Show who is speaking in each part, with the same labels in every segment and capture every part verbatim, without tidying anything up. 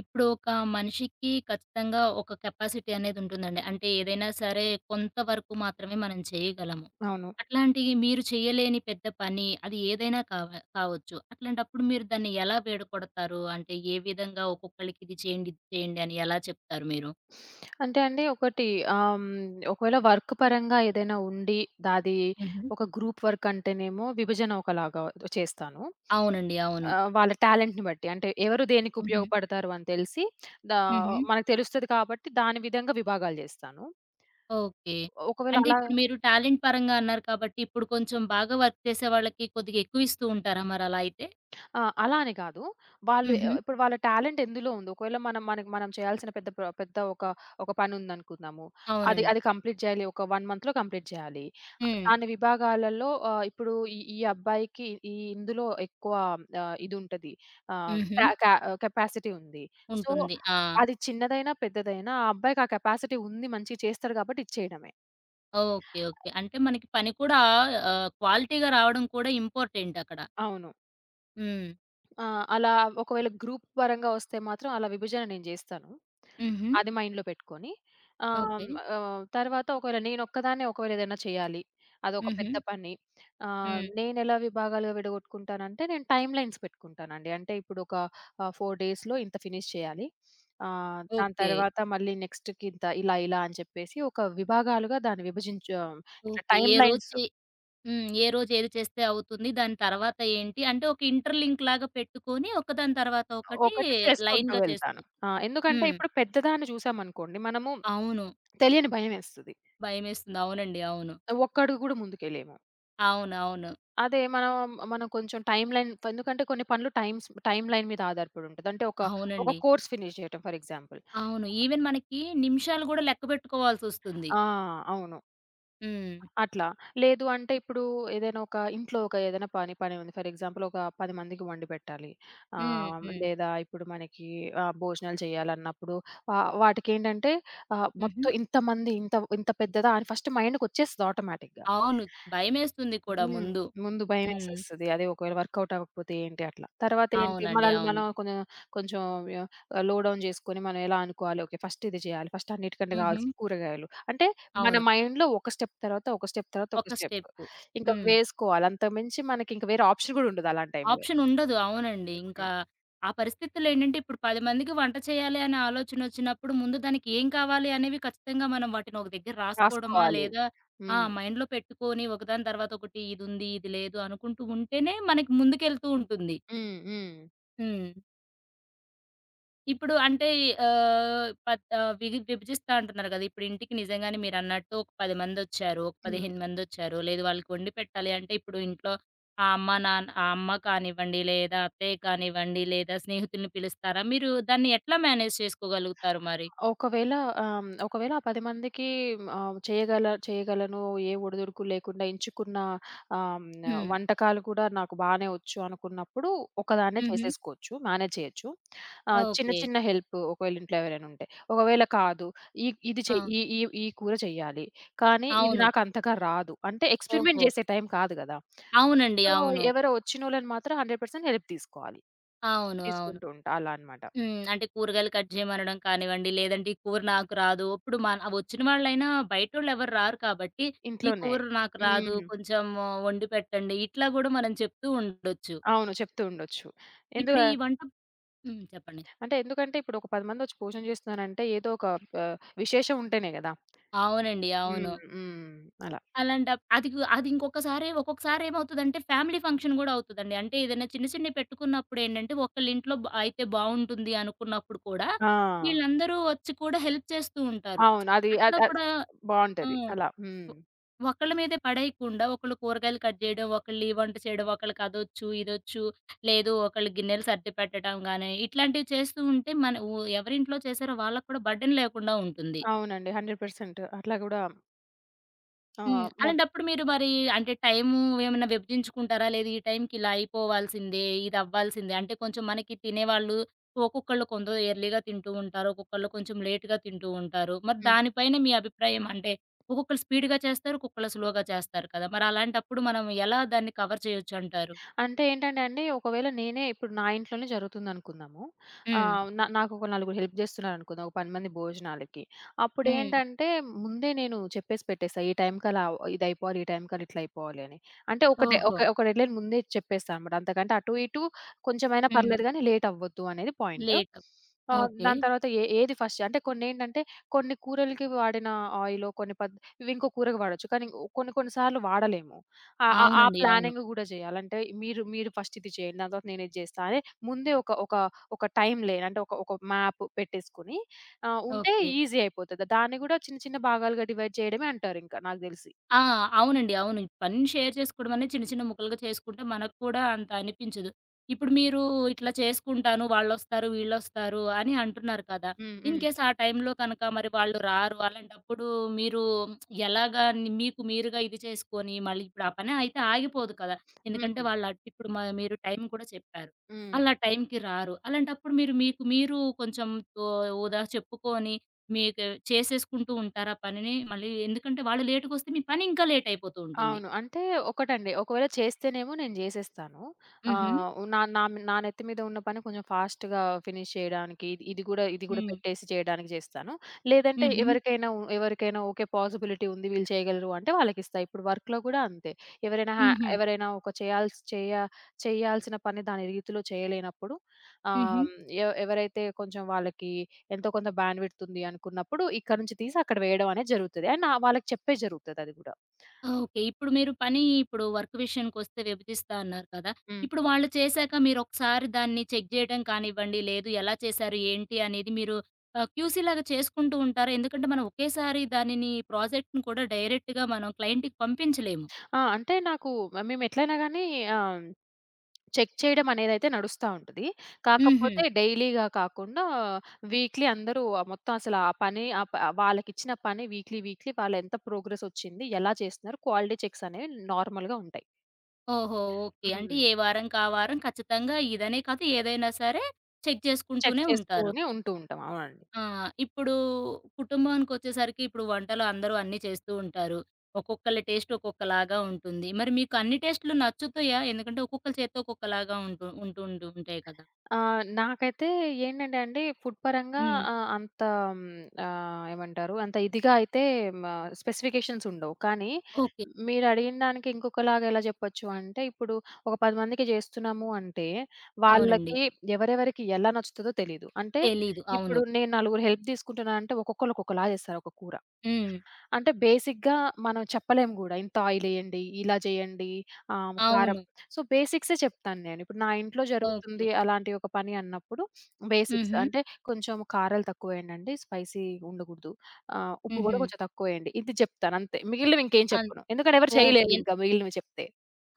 Speaker 1: ఇప్పుడు ఒక మనిషికి ఖచ్చితంగా ఒక కెపాసిటీ అనేది ఉంటుందండి. అంటే ఏదైనా సరే కొంతవరకు మాత్రమే మనం చేయగలము.
Speaker 2: అవును.
Speaker 1: అట్లాంటియి మీరు చేయలేని పెద్ద పని అది ఏదైనా కావ కావచ్చు. అట్లాంటప్పుడు మీరు దాన్ని ఎలా వీడకొడతారు? అంటే ఏ విధంగా ఒక్కొక్కళ్ళకి ఇది చేయండి, ఇది చేయండి అని ఎలా చెప్తారు మీరు?
Speaker 2: అంటే అండి ఒకటి ఆహ్, హ్మ్, ఒకవేళ వర్క్ పరంగా ఏదైనా ఉండి దాది
Speaker 1: హుహు.
Speaker 2: ఒక గ్రూప్ వర్క్ అంటేనేమో విభజన ఒకలాగా చేస్తాను.
Speaker 1: అవునండి. అవును.
Speaker 2: ఆహ్, వాళ్ళ టాలెంట్‌ని బట్టి అంటే ఎవరు దేనికి
Speaker 1: హుహు.
Speaker 2: ఉపయోగపడతారు అని తెలిసి దా
Speaker 1: హుహు.
Speaker 2: మనకు తెలుస్తది కాబట్టి దాని విధంగా విభాగాలు జేస్తాను.
Speaker 1: ఓకే.
Speaker 2: ఒకవేళ
Speaker 1: అంటే
Speaker 2: అలా
Speaker 1: ఇప్పుడు మీరు టాలెంట్ పరంగా అన్నారు కాబట్టి ఇప్పుడు కొంచెం బాగా వర్క్ చేసే వాళ్ళకి కొద్దిగా ఎక్కువ ఇస్తూ ఉంటారా మరలా అయితే?
Speaker 2: ఆ! అలా అని కాదు. వాళ్ళు
Speaker 1: హుహు.
Speaker 2: ఆహ్, ఇప్పుడు వాళ్ళ టాలెంట్ ఎందులో ఉందో, ఒకవేళ మనం మనకి మనం చేయాల్సిన పెద్ద ప్ర పెద్ద ఒక, ఒక పని ఉందనుకుందాము. అది,
Speaker 1: అవునండి.
Speaker 2: అది కంప్లీట్ చేయాలి. ఒక 1 మంత్‌లో కంప్లీట్ చేయాలి.
Speaker 1: హ్మ్.
Speaker 2: దాని విభాగాలలో ఆహ్, ఇప్పుడు ఈ, ఈ అబ్బాయికి ఈ ఇందులో ఎక్కువ ఆహ్, ఇది ఉంటది. ఆహ్,
Speaker 1: హుహు.
Speaker 2: కా కా కెపాసిటీ ఉంది. సో,
Speaker 1: ఉంటుంది. ఆ!
Speaker 2: అది చిన్నదైనా, పెద్దదైనా ఆ అబ్బాయికి ఆ కెపాసిటీ ఉంది. మంచిగా చేస్తాడు కాబట్టి ఇచ్చేయడమే.
Speaker 1: ఓకే. ఓకే. అంటే మనకి పని కూడా ఆహ్, క్వాలిటీగా రావడం కూడా ఇంపార్టెంట్ అక్కడ.
Speaker 2: అవును.
Speaker 1: హ్మ్.
Speaker 2: ఆ! అలా ఒకవేళ గ్రూప్ పరంగా వస్తే మాత్రం అలా విభజన నేను చేస్తాను.
Speaker 1: హుహు.
Speaker 2: అది మైండ్‌లో పెట్టుకొని
Speaker 1: ఓకే.
Speaker 2: ఆహ్, ఆహ్, తర్వాత ఒకవేళ నేనొక్కదాన్నే ఒకవేళ ఏదైనా చేయాలి. అదొక
Speaker 1: హుహు.
Speaker 2: పెద్ద పని. ఆహ్,
Speaker 1: హ్మ్.
Speaker 2: నేనెలా విభాగాలుగా విడగొట్టుకుంటానంటే నేను టైమ్‌లైన్స్ పెట్టుకుంటానండి. అంటే ఇప్పుడు ఒక ఆహ్, నాలుగు డేస్‌లో ఇంత ఫినిష్ చేయాలి. ఆహ్, దాని
Speaker 1: ఓకే.
Speaker 2: తర్వాత మళ్ళీ నెక్స్ట్‌కి ఇంత ఇలా ఇలా అని చెప్పేసి ఒక విభాగాలుగా దాన్ని విభజించు ఇట్లా
Speaker 1: ఓకే. ఏ రోజు
Speaker 2: టైమ్‌లైన్స్
Speaker 1: చే హ్మ్. ఏ రోజు ఏది చేస్తే అవుతుంది. దాని తర్వాత ఏంటి అంటే ఒక ఇంటర్‌లింక్ లాగా పెట్టుకొని ఒకదాని తర్వాత ఒకటి
Speaker 2: ఒకటి చేసుకుంటూ
Speaker 1: లైన్‌గా చేస్తూ
Speaker 2: వెళ్తాను. ఆ! ఎందుకంటే
Speaker 1: హ్మ్.
Speaker 2: ఇప్పుడు పెద్దదాన్ని చూసామనుకోండి మనము
Speaker 1: అవును.
Speaker 2: తెలియని భయమేస్తది.
Speaker 1: భయమేస్తుంది. అవునండి. అవును.
Speaker 2: ఒక్కడుగు గూడా ముందుకేయలేము.
Speaker 1: అవునవును.
Speaker 2: అదే మనం, మనం కొంచెం టైమ్‌లైన్ ఎందుకంటే కొన్ని పనులు టైమ్స్ టైమ్‌లైన్ మీద ఆధారపడి ఉంటది. అంటే ఒక, ఒక
Speaker 1: అవునండి.
Speaker 2: కోర్స్ ఫినిష్ చేయటం ఫర్ ఎగ్జాంపుల్.
Speaker 1: అవును. ఈవెన్ మనకి నిమిషాలు గూడా లెక్క పెట్టుకోవాల్సొస్తుంది.
Speaker 2: ఆ! అవును.
Speaker 1: హ్మ్.
Speaker 2: అట్లా. లేదు అంటే ఇప్పుడు ఏదైనా ఒక ఇంట్లో ఒక ఏదైనా పని, పని ఉంది. ఫర్ ఎగ్జాంపుల్ ఒక పది మందికి వండి పెట్టాలి.
Speaker 1: హ్మ్.
Speaker 2: ఆహ్,
Speaker 1: హ్మ్.
Speaker 2: లేదా ఇప్పుడు మనకి ఆహ్, భోజనాలు చేయాలన్నప్పుడు ఆహ్, వాటికేంటంటే ఆహ్,
Speaker 1: హుహు.
Speaker 2: మొత్తం ఇంతమంది ఇంత ఇంత పెద్దదా అని ఫస్ట్ మైండ్‌కొచ్చేస్తది ఆటోమేటిక్‌గా.
Speaker 1: అవును. భయమేస్తుంది కూడా
Speaker 2: హ్మ్.
Speaker 1: ముందు.
Speaker 2: ముందు
Speaker 1: హ్మ్.
Speaker 2: భయమేసేస్తది. అది ఒకవేళ వర్కౌట్ అవ్వకపోతే ఏంటి అట్లా. తర్వాతేంటి
Speaker 1: అవునండి.
Speaker 2: మనల్ని
Speaker 1: అవును.
Speaker 2: మనం కొంచెం కొంచెం యా లో డౌన్ జేసుకొని మనం ఎలా అనుకోవాలి, ఓకే. ఫస్ట్ ఇది చేయాలి. ఫస్ట్ అన్నిటికంటే
Speaker 1: హుహు.
Speaker 2: కావాల్సింది కూరగాయలు. అంటే మన
Speaker 1: అవును.
Speaker 2: మైండ్‌లో ఒక స్టెప్ తర్వాత, ఒక స్టెప్ తర్వాత, ఒక
Speaker 1: ఒక
Speaker 2: స్టెప్.
Speaker 1: స్టెప్పు.
Speaker 2: ఇంకా
Speaker 1: హ్మ్.
Speaker 2: వేసుకోవాలి. అంతకు మించి మనకింక వేరే ఆప్షన్ గూడా ఉండదు అలాంటి టైంలో.
Speaker 1: ఆప్షన్ ఉండదు. అవునండి.
Speaker 2: హ్మ్.
Speaker 1: ఇంకా ఆ పరిస్థితుల్లో ఏంటంటే, ఇప్పుడు పది మందికి వంట చేయాలి అనే ఆలోచనొచ్చినప్పుడు, ముందు దానికి ఏం కావాలి అనేవి ఖచ్చితంగా మనం వాటిని ఒక దగ్గర రాసుకోవడమా,
Speaker 2: రాసుకోవాలి.
Speaker 1: లేదా ఆ!
Speaker 2: హ్మ్.
Speaker 1: మైండ్‌లో పెట్టుకొని ఒకదాని తర్వాత ఒకటి ఇదుంది, ఇది లేదు అనుకుంటూ ఉంటేనే మనకి ముందుకెళ్తూ ఉంటుంది.
Speaker 2: హ్మ్. హ్మ్.
Speaker 1: హ్మ్. ఇప్పుడు అంటే ఆహ్, పత్ ఆహ్, విగి విభజిస్తా అంటున్నారు గదా! ఇప్పుడు ఇంటికి నిజంగానే మీరన్నట్టు ఒక పది మందొచ్చారు. ఒక
Speaker 2: హ్మ్.
Speaker 1: పదిహేను మందొచ్చారు. లేదు వాళ్ళకి వండి పెట్టాలి అంటే ఇప్పుడు ఇంట్లో ఆ అమ్మ, నాన్న ఆ అమ్మ కానివ్వండి, లేదా అత్తయ్య కానివ్వండి, లేదా స్నేహితుల్ని పిలుస్తారా? మీరు దాన్ని ఎట్లా మేనేజ్ చేసుకోగలుగుతారు మరి?
Speaker 2: ఒకవేళ ఆహ్, హ్మ్, ఒకవేళ ఆ పది మందికి ఆహ్, చేయగల చేయగలను ఏ ఒడిదుడుకు లేకుండా ఎంచుకున్న ఆహ్, హ్మ్,
Speaker 1: హ్మ్.
Speaker 2: వంటకాలు కూడా నాకు బానే వచ్చు అనుకున్నప్పుడు ఒకదాన్నే
Speaker 1: హుహు.
Speaker 2: చేసేసుకోవచ్చు. మేనేజ్ చేయొచ్చు. ఆహ్, చిన్న
Speaker 1: ఓకే.
Speaker 2: చిన్న హెల్ప్ ఒకవేళ ఇంట్లో ఎవరైనా ఉంటే. ఒకవేళ కాదు ఈ ఇది చెయ్
Speaker 1: అవును.
Speaker 2: ఈ ఈ ఈ కూర చెయ్యాలి. కానీ ఇది
Speaker 1: అవును.
Speaker 2: నాకు అంతగా రాదు. అంటే
Speaker 1: ఓహో!
Speaker 2: ఎక్స్పెరిమెంట్ చేసే టైం కాదు గదా!
Speaker 1: అవునండి.
Speaker 2: సో,
Speaker 1: అవును.
Speaker 2: ఎవరో వచ్చినోళ్ళని మాత్రం హండ్రెడ్ పర్సెంట్ హెల్ప్ తీసుకోవాలి.
Speaker 1: అవును. అవును.
Speaker 2: తీసుకుంటూ ఉంటా అలా అన్నమాట.
Speaker 1: హ్మ్. అంటే కూరగాయలు కట్ చేయమనడం కానివ్వండి, లేదంటే ఈ కూర నాకు రాదు. ఇప్పుడు మన ఆ వచ్చిన వాళ్ళైనా బయటోళ్ళెవరు రారు కాబట్టి, "ఈ
Speaker 2: ఇంట్లోనే.
Speaker 1: కూర నాకు రాదు,
Speaker 2: హ్మ్.
Speaker 1: కొంచెం ఆ, వండి పెట్టండి." ఇట్లా గూడా మనం చెప్తూ ఉండొచ్చు.
Speaker 2: అవును. చెప్తూ ఉండొచ్చు.
Speaker 1: ఇప్పుడు
Speaker 2: ఎందుక
Speaker 1: ఈ వంట హ్మ్. చెప్పండి.
Speaker 2: అంటే ఎందుకంటే ఇప్పుడు ఒక పది మందొచ్చి భోజనం చేస్తున్నారంటే ఏదో ఒక ఆహ్, విశేషం ఉంటేనే గదా!
Speaker 1: అవునండి. అవును.
Speaker 2: హ్మ్. హ్మ్. అలా.
Speaker 1: అలాంటప్ అది గు అది ఇంకొకసారి ఒక్కొక్కసారి ఏమవుతదంటే ఫ్యామిలీ ఫంక్షన్ గూడా అవుతదండి. అంటే ఏదైనా చిన్న చిన్నవి పెట్టుకున్నప్పుడు ఏంటంటే, ఒకళ్ళింట్లో బ అయితే బావుంటుంది అనుకున్నప్పుడు కూడా,
Speaker 2: ఆ!
Speaker 1: వీళ్ళందరూ వచ్చి కూడా హెల్ప్ చేస్తూ ఉంటారు.
Speaker 2: అవును. అది
Speaker 1: అట్లా
Speaker 2: అద్ అద్
Speaker 1: కూడా ఆ!
Speaker 2: బావుంటది. అలా. హ్మ్.
Speaker 1: ఒ ఒకళ్ళ మీదే పడేయకుండా ఒకళ్ళు కూరగాయలు కట్ చేయడం, ఒకళ్ళు ఈ వంట చేయడం, ఒకళ్ళకి అదొచ్చు, ఇదొచ్చు, లేదు ఒకళ్ళు గిన్నెలు సర్ది పెట్టడం గాని, ఇట్లాంటివి చేస్తూ ఉంటే మన ఊ ఎవరింట్లో చేశారో వాళ్ళకి కూడా బర్డెన్ లేకుండా ఉంటుంది.
Speaker 2: అవునండి. హండ్రెడ్ పర్సెంట్ అట్లా గూడా ఆ!
Speaker 1: హ్మ్.
Speaker 2: మొన్
Speaker 1: అలాంటప్పుడు మీరు మరి అంటే టైము ఏమన్నా విభజించుకుంటారా? లేదు ఈ టైంకి ఇలా అయిపోవాల్సిందే, ఇది అవ్వాల్సిందే అంటే కొంచెం మనకి తినేవాళ్ళు ఒక్కొక్కళ్ళు కొందరు ఎర్లీగా తింటూ ఉంటారు. ఒక్కొక్కళ్ళు కొంచెం లేట్‌గా తింటూ ఉంటారు. మరి
Speaker 2: హ్మ్.
Speaker 1: దానిపైన మీ అభిప్రాయం అంటే ఒక్కొక్కళ్ళు స్పీడ్‌గా చేస్తారు. ఒక్కొక్కళ్ళు స్లోగా చేస్తారు కదా! మరి అలాంటప్పుడు మనం ఎలా దాన్ని కవర్ చేయొచ్చంటారు?
Speaker 2: అంటే ఏంటంటే అండి, ఒకవేళ నేనే ఇప్పుడు నా ఇంట్లోనే జరుగుతుందనుకుందాము.
Speaker 1: హ్మ్.
Speaker 2: ఆహ్, నా నాకొక నలుగురు హెల్ప్ జేస్తున్నారనుకుందాం. ఒక పది మంది భోజనాలకి.
Speaker 1: హ్మ్.
Speaker 2: అప్పుడేంటంటే, ముందే నేను చెప్పేసి పెట్టేస్తా. ఈ టైంకలా ఇదయిపోవాలి, ఈ టైంకలా ఇట్లయిపోవాలి అని. అంటే ఒక డె
Speaker 1: ఓహో!
Speaker 2: ఒక ఒక డెడ్‌లైన్ ముందే చెప్పేస్తా అనమాట. అంతకంటే అటు, ఇటు కొంచెమైనా
Speaker 1: హ్మ్.
Speaker 2: పర్లేదు గానీ, లేటవ్వొద్దు అనేది పాయింట్.
Speaker 1: లేట్.
Speaker 2: ఆహ్,
Speaker 1: ఓకే.
Speaker 2: దాని తర్వాత ఏ ఏది ఫస్ట్ అంటే కొన్నేంటంటే, కొన్ని కూరలకి వాడిన ఆయిలో కొన్ని పద్ ఇవి ఇంకో కూరకి వాడొచ్చు. కానీ, కొన్ని కొన్ని సార్లు వాడలేము. ఆ! ఆ! ఆ
Speaker 1: అవునండి. అవును.
Speaker 2: ప్లానింగ్ గూడా జేయాలి. అంటే మీరు మీరు ఫస్ట్ ఇది చేయండి. దాని తర్వాత నేనిది జేస్తా అని ముందే ఒక ఒక ఒక టైమ్ లేన్ అంటే ఒక ఒక మ్యాప్ పెట్టేసుకొని ఆహ్, ఉంటే
Speaker 1: ఓకే.
Speaker 2: ఈజీ అయిపోతది. దాన్ని గూడా చిన్న చిన్న భాగాలుగా డివైడ్ చేయడమే అంటారింకా నాకు దెలిసి.
Speaker 1: ఆ! అవునండి. అవును. పనిని షేర్ చేసుకోవడం అనేది చిన్న చిన్న ముక్కలుగా చేసుకుంటే మనకు కూడా అంత అనిపించదు. ఇప్పుడు మీరు ఇట్లా చేసుకుంటాను వాళ్ళొస్తారు, వీళ్ళొస్తారు అని అంటున్నారు కదా!
Speaker 2: హ్మ్.
Speaker 1: ఇన్
Speaker 2: హ్మ్.
Speaker 1: కేస్ ఆ టైంలో కనుక మరి వాళ్ళు రారు. అలాంటప్పుడు మీరు ఎలాగా మీకు మీరుగా ఇది చేసుకొని మళ్ళీ ఇప్పుడు ఆ పని అయితే ఆగిపోదు కదా! ఎందుకంటే
Speaker 2: హ్మ్.
Speaker 1: వాళ్ళు అట్ ఇప్పుడు మ మీరు టైం కూడా చెప్పారు.
Speaker 2: హ్మ్.
Speaker 1: అలా టైంకి రారు. అలాంటప్పుడు మీరు మీకు మీరు కొంచెం ఓ ఓదా చెప్పుకొని మీకు చేసేసుకుంటూ ఉంటారు ఆ పనిని. మళ్ళీ ఎందుకంటే వాళ్ళు లేట్‌గొస్తే మీ పని ఇంకా లేట్ అయిపోతూ ఉంటుంది.
Speaker 2: అవును. అంటే ఒకటండి. ఒకవేళ చేస్తేనేమో నేను జేసేస్తాను. హ్మ్.
Speaker 1: హుహు.
Speaker 2: ఆహ్, నా నా నా నెత్తి మీద ఉన్న పని కొంచెం ఫాస్ట్‌గా ఫినిష్ చేయడానికి ఇది ఇది గూడా ఇది గూడా
Speaker 1: హ్మ్.
Speaker 2: పెట్టేసి చేయడానికి జేస్తాను. లేదంటే
Speaker 1: హుహు.
Speaker 2: ఎవరికైనా ఉ- ఎవరికైనా ఓకే పాజిబిలిటీ ఉంది వీళ్ళు చేయగలరు అంటే వాళ్ళకిస్తా. ఇప్పుడు వర్క్‌లో గూడా అంతే. ఎవరైనా హ్యా
Speaker 1: హుహు.
Speaker 2: ఎవరైనా ఒక చేయాల్సి చేయ చేయాల్సిన పని దాని రీతిలో చేయలేనప్పుడు
Speaker 1: హుహు.
Speaker 2: ఆహ్, ఎ ఎవరైతే కొంచెం వాళ్ళకి ఎంతో కొంత బ్యాండ్ విడ్త్ ఉంది అనుకున్నప్పుడు ఇక్కడ నుంచి తీసి అక్కడ వేయడం అనేది జరుగుతది. అండ్ ఆ వాళ్ళకి చెప్పే జరుగుతది అది గూడా.
Speaker 1: ఓకే. ఇప్పుడు మీరు పని ఇప్పుడు వర్క్ విషయానికొస్తే విభజిస్తా అన్నారు కదా!
Speaker 2: హ్మ్.
Speaker 1: ఇప్పుడు వాళ్ళు చేశాక మీరొకసారి దాన్ని చెక్ చేయడం కానివ్వండి, లేదు ఎలా చేశారు, ఏంటి అనేది మీరు ఆహ్, క్యూసీ లాగా చేసుకుంటూ ఉంటారా? ఎందుకంటే మనం ఒకేసారి దానిని ప్రాజెక్ట్‌ని కూడా డైరెక్ట్‌గా మనం క్లయింట్‌కి పంపించలేము.
Speaker 2: ఆ! అంటే నాకు మేమెట్లైనా గానీ ఆహ్, చెక్ చేయడం అనేదైతే నడుస్తా ఉంటది.
Speaker 1: హుహు.
Speaker 2: కాకపోతే డైలీగా కాకుండా వీక్లీ అందరూ ఆ మొత్తం అసలు ఆ పని ఆ ప వాళ్ళకిచ్చిన పని వీక్లీ, వీక్లీ వాళ్ళెంత ప్రోగ్రెసొచ్చింది, ఎలా చేస్తున్నారు, క్వాలిటీ చెక్స్ అనేవి నార్మల్‌గా ఉంటాయి.
Speaker 1: ఓహో! ఓకే. అంటే
Speaker 2: హ్మ్.
Speaker 1: ఏ వారంకా వారం ఖచ్చితంగా ఇదనే కాదు ఏదైనా సరే చెక్
Speaker 2: చెక్
Speaker 1: చేసుకుంటూనే ఉంటారు.
Speaker 2: చేసుకొని ఉంటూ ఉంటాం. అవునండి.
Speaker 1: ఆ! ఇప్పుడు కుటుంబానికొచ్చేసరికి ఇప్పుడు వంటలు అందరూ అన్నీ చేస్తూ ఉంటారు. ఒక్కొక్కళ్ళ టేస్ట్ ఒక్కొక్కలాగా ఉంటుంది. మరి మీకు అన్ని టేస్టులు నచ్చుతాయా? ఎందుకంటే ఒక్కొక్కళ్ళ చేత్తో ఒక్కొక్కలాగా ఉంటూ ఉంటూ ఉంటూ ఉంటాయి కదా!
Speaker 2: ఆ! నాకైతే ఏంటంటే అండి ఫుడ్ పరంగా
Speaker 1: హ్మ్.
Speaker 2: ఆహ్, అంత హ్మ్, ఆహ్, ఏమంటారు అంత ఇదిగా అయితే మ స్పెసిఫికేషన్స్ ఉండవు. కానీ
Speaker 1: ఓకే.
Speaker 2: మీరడిగిన దానికి ఇంకొకలాగా ఎలా చెప్పొచ్చు అంటే, ఇప్పుడు ఒక పది మందికి చేస్తున్నాము అంటే,
Speaker 1: అవునండి.
Speaker 2: వాళ్ళకి ఎవరెవరికి ఎలా నచ్చుతదో తెలీదు. అంటే
Speaker 1: తెలీదు. అవును.
Speaker 2: ఇప్పుడు నేను నలుగురు హెల్ప్ తీసుకుంటున్నా అంటే, ఒక్కొక్కళ్ళు ఒక్కొక్కలా చేస్తారు ఒక కూర.
Speaker 1: హ్మ్.
Speaker 2: అంటే బేసిక్‌గా మనం చెప్పలేము గూడా. ఇంత ఆయిలెయ్యండి, ఇలా చేయండి, ఆహ్, కారం
Speaker 1: అవును.
Speaker 2: సో, బేసిక్సే చెప్తాను నేను. ఇప్పుడు నా ఇంట్లో
Speaker 1: ఓకే.
Speaker 2: జరుగుతుంది అలాంటి ఒక పని అన్నప్పుడు బేసిక్స్
Speaker 1: హుహు.
Speaker 2: అంటే కొంచెం కారాలు తక్కువేయండండి, స్పైసీ ఉండకూడదు. ఆహ్, ఉప్పు
Speaker 1: హుహు.
Speaker 2: గూడా కొంచెం తక్కువేయండి. ఇది చెప్తాను అంతే. మిగిలినవి ఇంకేం
Speaker 1: అన్
Speaker 2: చెప్పను. ఎందుకంటే ఎవరు
Speaker 1: ఓకే.
Speaker 2: చేయలేరు ఇంకా మిగిలినవి చెప్తే.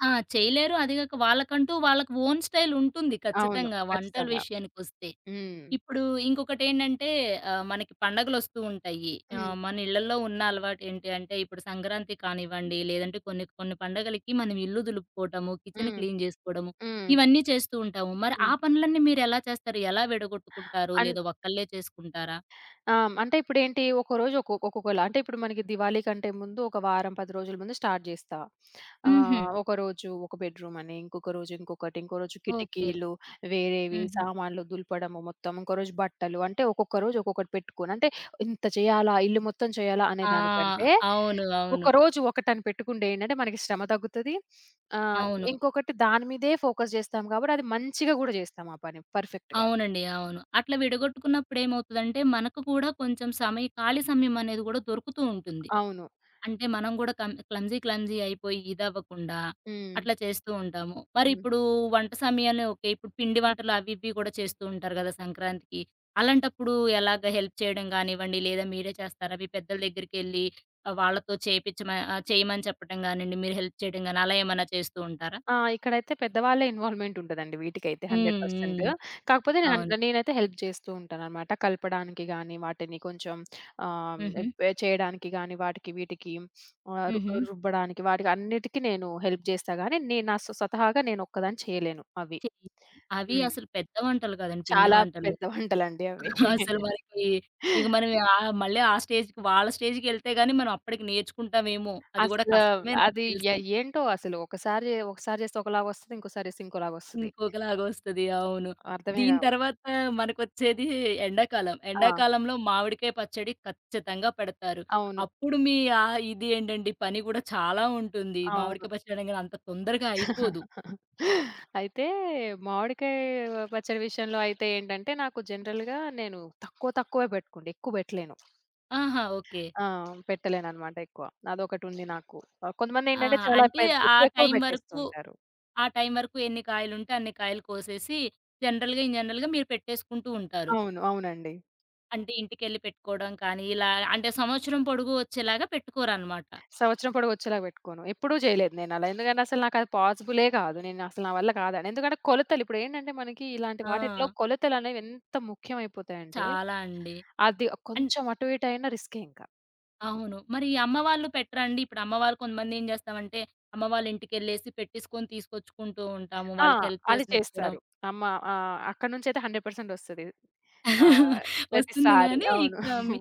Speaker 1: ఆ! చేయలేరు. అది గాక వాళ్ళకంటూ వాళ్ళకి ఓన్ స్టైల్ ఉంటుంది
Speaker 2: అవును.
Speaker 1: ఖచ్చితంగా వంటల
Speaker 2: ఖచ్చితంగా.
Speaker 1: విషయానికొస్తే.
Speaker 2: హ్మ్.
Speaker 1: ఇప్పుడు ఇంకొకటేంటంటే ఆహ్, మనకి పండగలొస్తూ ఉంటాయి.
Speaker 2: హ్మ్.
Speaker 1: ఆహ్, మన ఇళ్లలో ఉన్న అలవాటేంటి అంటే ఇప్పుడు సంక్రాంతి కానివ్వండి, లేదంటే కొన్ని కొన్ని పండగలకి మనం ఇల్లు దులుపుకోవటము, కిచెన్
Speaker 2: హ్మ్.
Speaker 1: క్లీన్ జేసుకోవడము,
Speaker 2: హ్మ్.
Speaker 1: ఇవన్నీ చేస్తూ ఉంటాము. మరి ఆ
Speaker 2: హ్మ్.
Speaker 1: పనులన్నీ మీరెలా చేస్తారు? ఎలా విడగొట్టుకుంటారు?
Speaker 2: అన్
Speaker 1: లేదా ఒక్కళ్ళే చేసుకుంటారా?
Speaker 2: ఆ! అంటే ఇప్పుడేంటి ఒక్కోరోజు ఒక్కొ ఒక్కొక్కలా అంటే ఇప్పుడు మనకి దివాళీ కంటే ముందు ఒక వారం, పది రోజుల ముందు స్టార్ట్ జేస్తా.
Speaker 1: హుహు.
Speaker 2: ఆహ్, ఒకరోజు ఒక బెడ్‌రూమ్ అని, ఇంకొక రోజు ఇంకొకటి, ఇంకో రోజు
Speaker 1: ఓకే.
Speaker 2: కిటికీలు, వేరేవి
Speaker 1: హుహు.
Speaker 2: సామాన్లు దులపడము మొత్తం, ఇంకో రోజు బట్టలు అంటే ఒక్కొక్క రోజు ఒక్కొక్కటి పెట్టుకొని అంటే ఇంత చేయాలా? ఇల్లు మొత్తం చేయాలా? అనే
Speaker 1: ఆ!
Speaker 2: దానికంటే
Speaker 1: అవును. అవును.
Speaker 2: ఒకరోజు ఒకటని పెట్టుకుంటే ఏంటంటే మనకి శ్రమ తగ్గుతది. ఆహ్,
Speaker 1: అవును.
Speaker 2: ఇంకొకటి దాని మీదే ఫోకస్ జేస్తాం కాబట్టి అది మంచిగా గూడా జేస్తాం ఆ పని పర్ఫెక్ట్‌గా.
Speaker 1: అవునండి. అవును. అట్లా విడగొట్టుకున్నప్పుడు ఏమవుతదంటే, మనకు కూడా కొంచెం సమయ ఖాళీ సమయం అనేది కూడా దొరుకుతూ ఉంటుంది.
Speaker 2: అవును.
Speaker 1: అంటే మనం కూడా కం క్లమ్జీ క్లమ్జీ అయిపోయి ఇదవ్వకుండా
Speaker 2: హ్మ్.
Speaker 1: అట్లా చేస్తూ ఉంటాము. మరి
Speaker 2: హ్మ్.
Speaker 1: ఇప్పుడు వంట సమయాన్ని ఓకే. ఇప్పుడు పిండి వంటలు అవి ఇవి కూడా చేస్తూ ఉంటారు గదా! సంక్రాంతికి. అలాంటప్పుడు ఎలాగ హెల్ప్ చేయడం గానివ్వండి, లేదా మీరే చేస్తారా? మీ పెద్దల దగ్గరికెళ్ళి ఆహ్, వాళ్ళతో చేపిచ్చమ ఆహ్, చేయమని చెప్పడం గానియండి, మీరు హెల్ప్ చేయడం గాని అలా ఏమన్నా చేస్తూ ఉంటారా?
Speaker 2: ఆ! ఇక్కడైతే పెద్దవాళ్ళే ఇన్వాల్వ్‌మెంట్ ఉంటదండి వీటికైతే
Speaker 1: హ్మ్.
Speaker 2: Hundred percent.
Speaker 1: హ్మ్.
Speaker 2: కాకపోతే నేను అన్
Speaker 1: అవును.
Speaker 2: నేనైతే హెల్ప్ చేస్తూ ఉంటాననమాట. కలపడానికి గానీ, వాటిని కొంచెం ఆహ్,
Speaker 1: హుహు.
Speaker 2: ఎ చేయడానికి గానీ, వాటికి వీటికి ఆహ్, రు
Speaker 1: హుహు.
Speaker 2: రుబ్బడానికి వాటికి అన్నిటికి నేను హెల్ప్ చేస్తా గానీ, నేను నా సొ స్వతహాగా నేను ఒక్కదాన్ని చేయలేను అవి.
Speaker 1: చెయ్యరు. అవి
Speaker 2: హ్మ్.
Speaker 1: అసలు పెద్ద వంటలు కాదండి. పిండి
Speaker 2: చాలా
Speaker 1: వంటలు.
Speaker 2: పెద్ద వంటలండి అవి.
Speaker 1: అసలు మనకి ఇక మనం ఆహ్, మళ్ళీ ఆ స్టేజ్‌కి వాళ్ళ స్టేజ్‌కెళ్తే గాని మనం అప్పటికి నేర్చుకుంటామేమో! అది కూడా
Speaker 2: అసలు
Speaker 1: కష్టమే నాకు
Speaker 2: అది ఎ
Speaker 1: తెలిసి.
Speaker 2: ఏంటో అసలు ఒకసారి ఒకసారి చేస్తే ఒకలాగొస్తది. ఇంకోసారి చేస్తే ఇంకోలాగొస్తది.
Speaker 1: ఇంకొకలాగా వస్తది. అవును.
Speaker 2: అర్థమే
Speaker 1: దీని
Speaker 2: కావు.
Speaker 1: తర్వాత మనకొచ్చేది ఎండాకాలం.
Speaker 2: ఆ!
Speaker 1: ఎండాకాలంలో మామిడికాయ పచ్చడి ఖచ్చితంగా పెడతారు.
Speaker 2: అవును.
Speaker 1: అప్పుడు మీ ఆహ్, ఇది ఏంటండి పని కూడా చాలా ఉంటుంది.
Speaker 2: అవును.
Speaker 1: మామిడికాయ పచ్చడి అనగానే అంత తొందరగా అయిపోదు.
Speaker 2: అయితే మామిడికాయ పచ్చడి విషయంలో అయితే ఏంటంటే, నాకు జనరల్‌గా నేను తక్కువ తక్కువే పెట్టుకుంటా. ఎక్కువ పెట్టలేను.
Speaker 1: ఆహా! ఓకే.
Speaker 2: ఆ! పెట్టలేననమాట ఎక్కువ. అదొకటుంది నాకు. ఆహ్, కొంతమందేంటంటే
Speaker 1: ఆహా!
Speaker 2: చాలా
Speaker 1: అంటే
Speaker 2: పెద్ద
Speaker 1: ఆ
Speaker 2: ఎక్కువ ఎక్కువ
Speaker 1: టైం వరకు
Speaker 2: పెట్టేస్తుంటారు.
Speaker 1: ఆ టైం వరకు ఎన్ని కాయలుంటే అన్ని కాయలు కోసేసి, జనరల్‌గా ఇన్ జనరల్‌గా మీరు పెట్టేసుకుంటూ ఉంటారు.
Speaker 2: అవును. అవునండి.
Speaker 1: అంటే ఇంటికెళ్ళి పెట్టుకోవడం కానీ, ఇలా అంటే సంవత్సరం పొడుగు వచ్చేలాగా పెట్టుకోరనమాట.
Speaker 2: సంవత్సరం పొడవొచ్చేలాగా పెట్టుకోను. ఎప్పుడూ చేయలేదు నేనలా. ఎందుకంటే, అసలు నాకది పాజిబులే కాదు. నేను అసలు నా వల్ల కాదని. ఎందుకంటే, కొలతలు ఇప్పుడేంటంటే, మనకి ఇలాంటి
Speaker 1: ఆ!
Speaker 2: వాటిట్లో కొలతలనేవి ఎంత ముఖ్యమైపోతాయంటే,
Speaker 1: చాలా అండి.
Speaker 2: అది
Speaker 1: అండ్
Speaker 2: కొంచెం అటు ఇటు అయినా రిస్కే ఇంక.
Speaker 1: అవును. మరి అమ్మ వాళ్ళు పెట్టరా అండి? ఇప్పుడు అమ్మ వాళ్ళు కొంతమంది ఏం చేస్తామంటే, అమ్మ వాళ్ళ ఇంటికెళ్ళేసి పెట్టేసుకొని తీసుకొచ్చుకుంటూ ఉంటాము.
Speaker 2: ఆ!
Speaker 1: వాళ్ళకి హెల్ప్
Speaker 2: అది
Speaker 1: చేసినట్టు కూడా
Speaker 2: చేస్తారు. అమ్మ ఆహ్, అక్కడి నుంచయితే హండ్రెడ్ పర్సెంట్ ఒస్తది. ఆహ్,
Speaker 1: వస్తుంది
Speaker 2: ప్రతిసారి.
Speaker 1: గానీ,
Speaker 2: అవును.
Speaker 1: ఇక మీ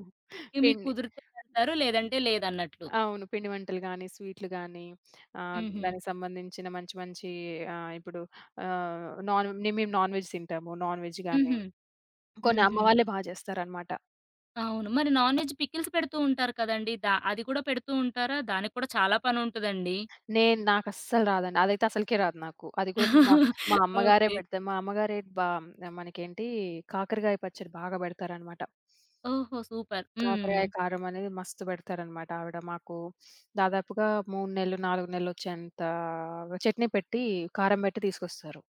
Speaker 1: ఇక మీకు
Speaker 2: పిండి
Speaker 1: కుదిరితే అంటారు, లేదంటే లేదన్నట్లు.
Speaker 2: అవును. పిండి వంటలు గాని, స్వీట్లు గాని, ఆహ్,
Speaker 1: హుహు.
Speaker 2: దానికి సంబంధించిన మంచి మంచి ఆహ్, ఇప్పుడు ఆహ్, నాన్ నే మేము నాన్ వెజ్ తింటాము. నాన్ వెజ్ గాని,
Speaker 1: హుహు.
Speaker 2: కొన్ని అమ్మ
Speaker 1: హుహు.
Speaker 2: వాళ్ళే బా చేస్తారనమాట.
Speaker 1: అవును. మరి నాన్ వెజ్ పికిల్స్ పెడుతూ ఉంటారు కదండీ! దా అది కూడా పెడుతూ ఉంటారా? దానికి కూడా చాలా పనుంటదండి.
Speaker 2: నేను నాకస్సలు రాదండి. అదైతే అసలకే రాదు నాకు. అది కూడా మా మా అమ్మగారే
Speaker 1: ఓకే.
Speaker 2: పెడతారు. మా అమ్మగారే బా మనకేంటి కాకరకాయ పచ్చడి బాగా పెడతారనమాట.
Speaker 1: ఓహో! సూపర్. హ్మ్.
Speaker 2: కాకరకాయ కారం అనేది మస్తు పెడతారనమాట ఆవిడ. మాకు దాదాపుగా మూడు నెలలు, నాలుగు నెలలొచ్చేంత చట్నీ పెట్టి, కారం పెట్టి తీసుకొస్తారు.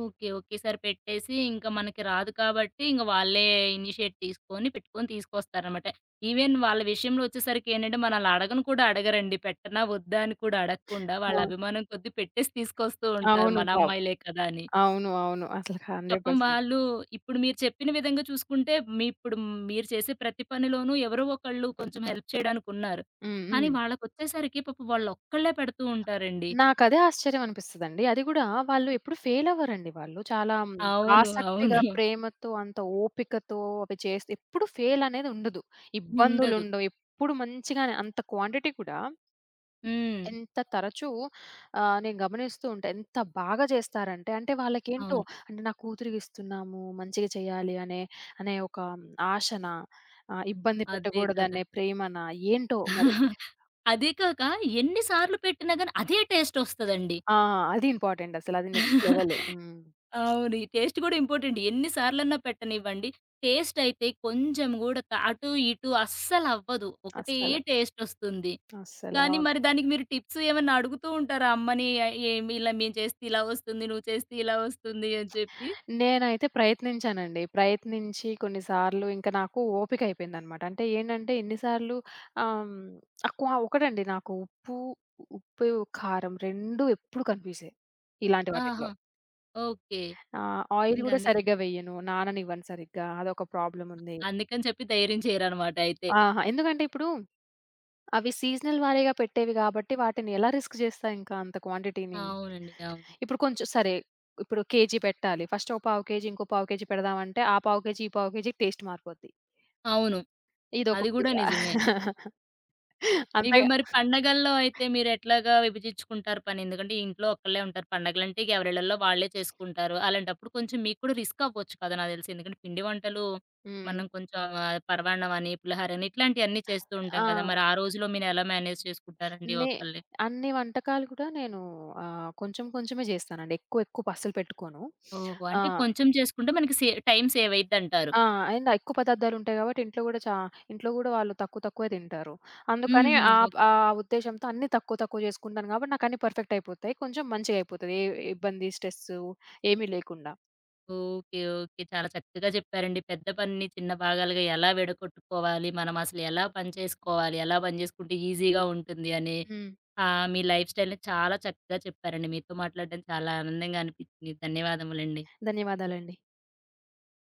Speaker 1: ఓకే. ఒకేసారి పెట్టేసి ఇంక మనకి రాదు కాబట్టి ఇంక వాళ్ళే ఇనిషియేట్ తీసుకొని పెట్టుకొని తీసుకొస్తారనమాట. ఈవెన్ వాళ్ళ విషయంలో వచ్చేసరికి ఏంటంటే మనల్ని అడగను కూడా అడగరండి. పెట్టనా? వద్దా? అని కూడా అడగకుండా వాళ్ళ
Speaker 2: అవును.
Speaker 1: అభిమానం కొద్దీ పెట్టేసి తీసుకొస్తూ ఉంటారు.
Speaker 2: అవును.
Speaker 1: మన
Speaker 2: పావ్.
Speaker 1: అమ్మాయిలే కదా! అని.
Speaker 2: అవును. అవును. అసలు
Speaker 1: పాపం
Speaker 2: హండ్రెడ్ పర్సెంట్.
Speaker 1: వాళ్ళు ఇప్పుడు మీరు చెప్పిన విధంగా చూసుకుంటే, మీ ఇప్పుడు మీరు చేసే ప్రతి పనిలోనూ ఎవరో ఒకళ్ళు కొంచెం హెల్ప్ చేయడానికున్నారు.
Speaker 2: హ్మ్.
Speaker 1: కానీ
Speaker 2: హ్మ్.
Speaker 1: వాళ్ళకొచ్చేసరికి పాపం వాళ్ళొక్కళ్ళే పెడుతూ ఉంటారండి.
Speaker 2: నాకదే ఆశ్చర్యం అనిపిస్తదండి. అది గూడా వాళ్ళు ఎప్పుడు ఫెయిల్ అవ్వరండి వాళ్ళు. చాలా హ్మ్,
Speaker 1: అవును.
Speaker 2: ఆసక్తిగా,
Speaker 1: అవును.
Speaker 2: ప్రేమతో, అంత ఓపికతో అవి చేస్తే ఎప్పుడు ఫెయిల్ అనేది ఉండదు.
Speaker 1: ఉండదు.
Speaker 2: ఇబ్బందులుండవు. ఎప్పుడు మంచిగానే అంత క్వాంటిటీ కూడా
Speaker 1: హ్మ్.
Speaker 2: ఎంత తరచూ ఆహ్, నేను గమనిస్తూ ఉంటా. ఎంత బాగా చేస్తారంటే, అంటే వాళ్ళకేంటో
Speaker 1: అవును.
Speaker 2: అంటే నా కూతురికిస్తున్నాము, మంచిగా చేయాలి అనే, అనే ఒక ఆశనా, ఆహ్, ఇబ్బంది
Speaker 1: అదే కదా!
Speaker 2: పెట్టకూడదనే ప్రేమనా ఏంటో మరి.
Speaker 1: అదే కాక ఎన్ని సార్లు పెట్టినా గాని అదే టేస్టొస్తదండి.
Speaker 2: ఆ! అది ఇంపార్టెంట్ అసలు. అది నెక్స్ట్ లెవెల్. హ్మ్.
Speaker 1: అవును. ఈ టేస్ట్ గూడా ఇంపార్టెంట్. ఎన్ని సార్లన్నా పెట్టనివ్వండి. టేస్టయితే కొంచెం గూడా త అటు, ఇటు అస్సలవ్వదు. ఒకటే
Speaker 2: అస్సలు.
Speaker 1: టేస్టొస్తుంది.
Speaker 2: అస్సలు.
Speaker 1: కానీ
Speaker 2: అవును.
Speaker 1: మరి దానికి మీరు టిప్స్ ఏమన్నా అడుగుతూ ఉంటారా అమ్మని? ఆహ్, ఏమి ఇలా మేము చేస్తే ఇలా వస్తుంది. నువ్వు చేస్తే ఇలా వస్తుంది అని చెప్పి?
Speaker 2: నేనైతే ప్రయత్నించానండి. ప్రయత్నించి కొన్నిసార్లు ఇంక నాకు ఓపిక అయిపోయిందనమాట. అంటే ఏంటంటే ఎన్నిసార్లు ఆహ్, హ్మ్, అక్కువ ఒకటండి నాకు ఉప్పు, ఉప్పు, కారం రెండు ఎప్పుడు కనిపిసాయి. ఇలాంటి వాటిట్లో.
Speaker 1: ఆహా! ఓకే.
Speaker 2: ఆహ్, ఆయిల్
Speaker 1: ఇంక
Speaker 2: గూడా
Speaker 1: అందుకని
Speaker 2: సరిగ్గా వెయ్యను. నాననివ్వను సరిగ్గా. అదొక ప్రాబ్లమ్ ఉంది.
Speaker 1: అందుకని చెప్పి ధైర్యం చేయరనమాట అయితే.
Speaker 2: ఆహా! ఎందుకంటే ఇప్పుడు అవి సీజనల్ వారీగా పెట్టేవి గాబట్టి, వాటిని ఎలా రిస్క్ జేస్తా ఇంకా అంత క్వాంటిటీని?
Speaker 1: అవునండి. అవును.
Speaker 2: ఇప్పుడు కొంచెం సరే, ఇప్పుడు కేజీ పెట్టాలి. ఫస్ట్ ఒక పావు కేజీ, ఇంకో పావు కేజీ పెడదామంటే, ఆ పావు కేజీ, ఈ పావు కేజీకి టేస్ట్ మారిపోద్ది.
Speaker 1: అవును.
Speaker 2: ఇదొక
Speaker 1: అది గూడా నిజమే. ఇప్పుడు
Speaker 2: అంతేగా
Speaker 1: మరి పండగల్లో అయితే మీరెట్లాగా విభజించుకుంటారు పని? ఎందుకంటే ఇంట్లో ఒక్కళ్ళే ఉంటారు. పండగలంటే ఇగ ఎవరిళ్ళల్లో వాళ్ళే చేసుకుంటారు. అలాంటప్పుడు కొంచెం మీకు కూడా రిస్క్ అవ్వచ్చు కదా! నాకు తెలిసి. ఎందుకంటే పిండి వంటలు
Speaker 2: హ్మ్.
Speaker 1: మనం కొంచెం ఆహ్, పరమాన్నం అని, పులిహోర అని ఇట్లాంటియన్నీ చేస్తూ ఉంటాం
Speaker 2: ఆ!
Speaker 1: కదా! మరి ఆ రోజులో మీరెలా మేనేజ్ చేసుకుంటారండి
Speaker 2: నే
Speaker 1: ఒక్కళ్ళే?
Speaker 2: అన్ని వంటకాలు కూడా నేను ఆహ్, కొంచెం కొంచెమే జేస్తానండి. ఎక్కువ ఎక్కువ అస్సలు పెట్టుకోను.
Speaker 1: ఓహో!
Speaker 2: ఆ!
Speaker 1: అంటే కొంచెం చేసుకుంటే మనకి సే టైం సేవ్ అయిద్దంటారు.
Speaker 2: ఆ! అండ్ ఎక్కువ పదార్థాలుంటాయి కాబట్టి ఇంట్లో గూడా చా ఇంట్లో గూడా వాళ్ళు తక్కువ తక్కువే తింటారు. అందుకని ఆ
Speaker 1: హుహు.
Speaker 2: ప్ ఆ ఉద్దేశ్యంతో అన్నీ తక్కువ తక్కువ జేసుకుంటాను కాబట్టి నాకన్నీ పర్ఫెక్ట్ అయిపోతాయి. కొంచెం మంచిగా అయిపోతది. ఏ ఇబ్బంది, స్ట్రెస్సు ఏమీ లేకుండా.
Speaker 1: ఓకే. ఓకే. చాలా చక్కగా చెప్పారండి. పెద్ద పనిని చిన్న భాగాలుగా ఎలా విడగొట్టుకోవాలి, మనం అసలు ఎలా పని చేసుకోవాలి, ఎలా పని చేసుకుంటే ఈజీగా ఉంటుంది అని
Speaker 2: హ్మ్.
Speaker 1: ఆహ్, మీ లైఫ్ స్టైల్‌ని చాలా చక్కగా చెప్పారండి. మీతో మాట్లాడడం చాలా ఆనందంగా అనిపించింది. ధన్యవాదములండి.
Speaker 2: ధన్యవాదాలండి.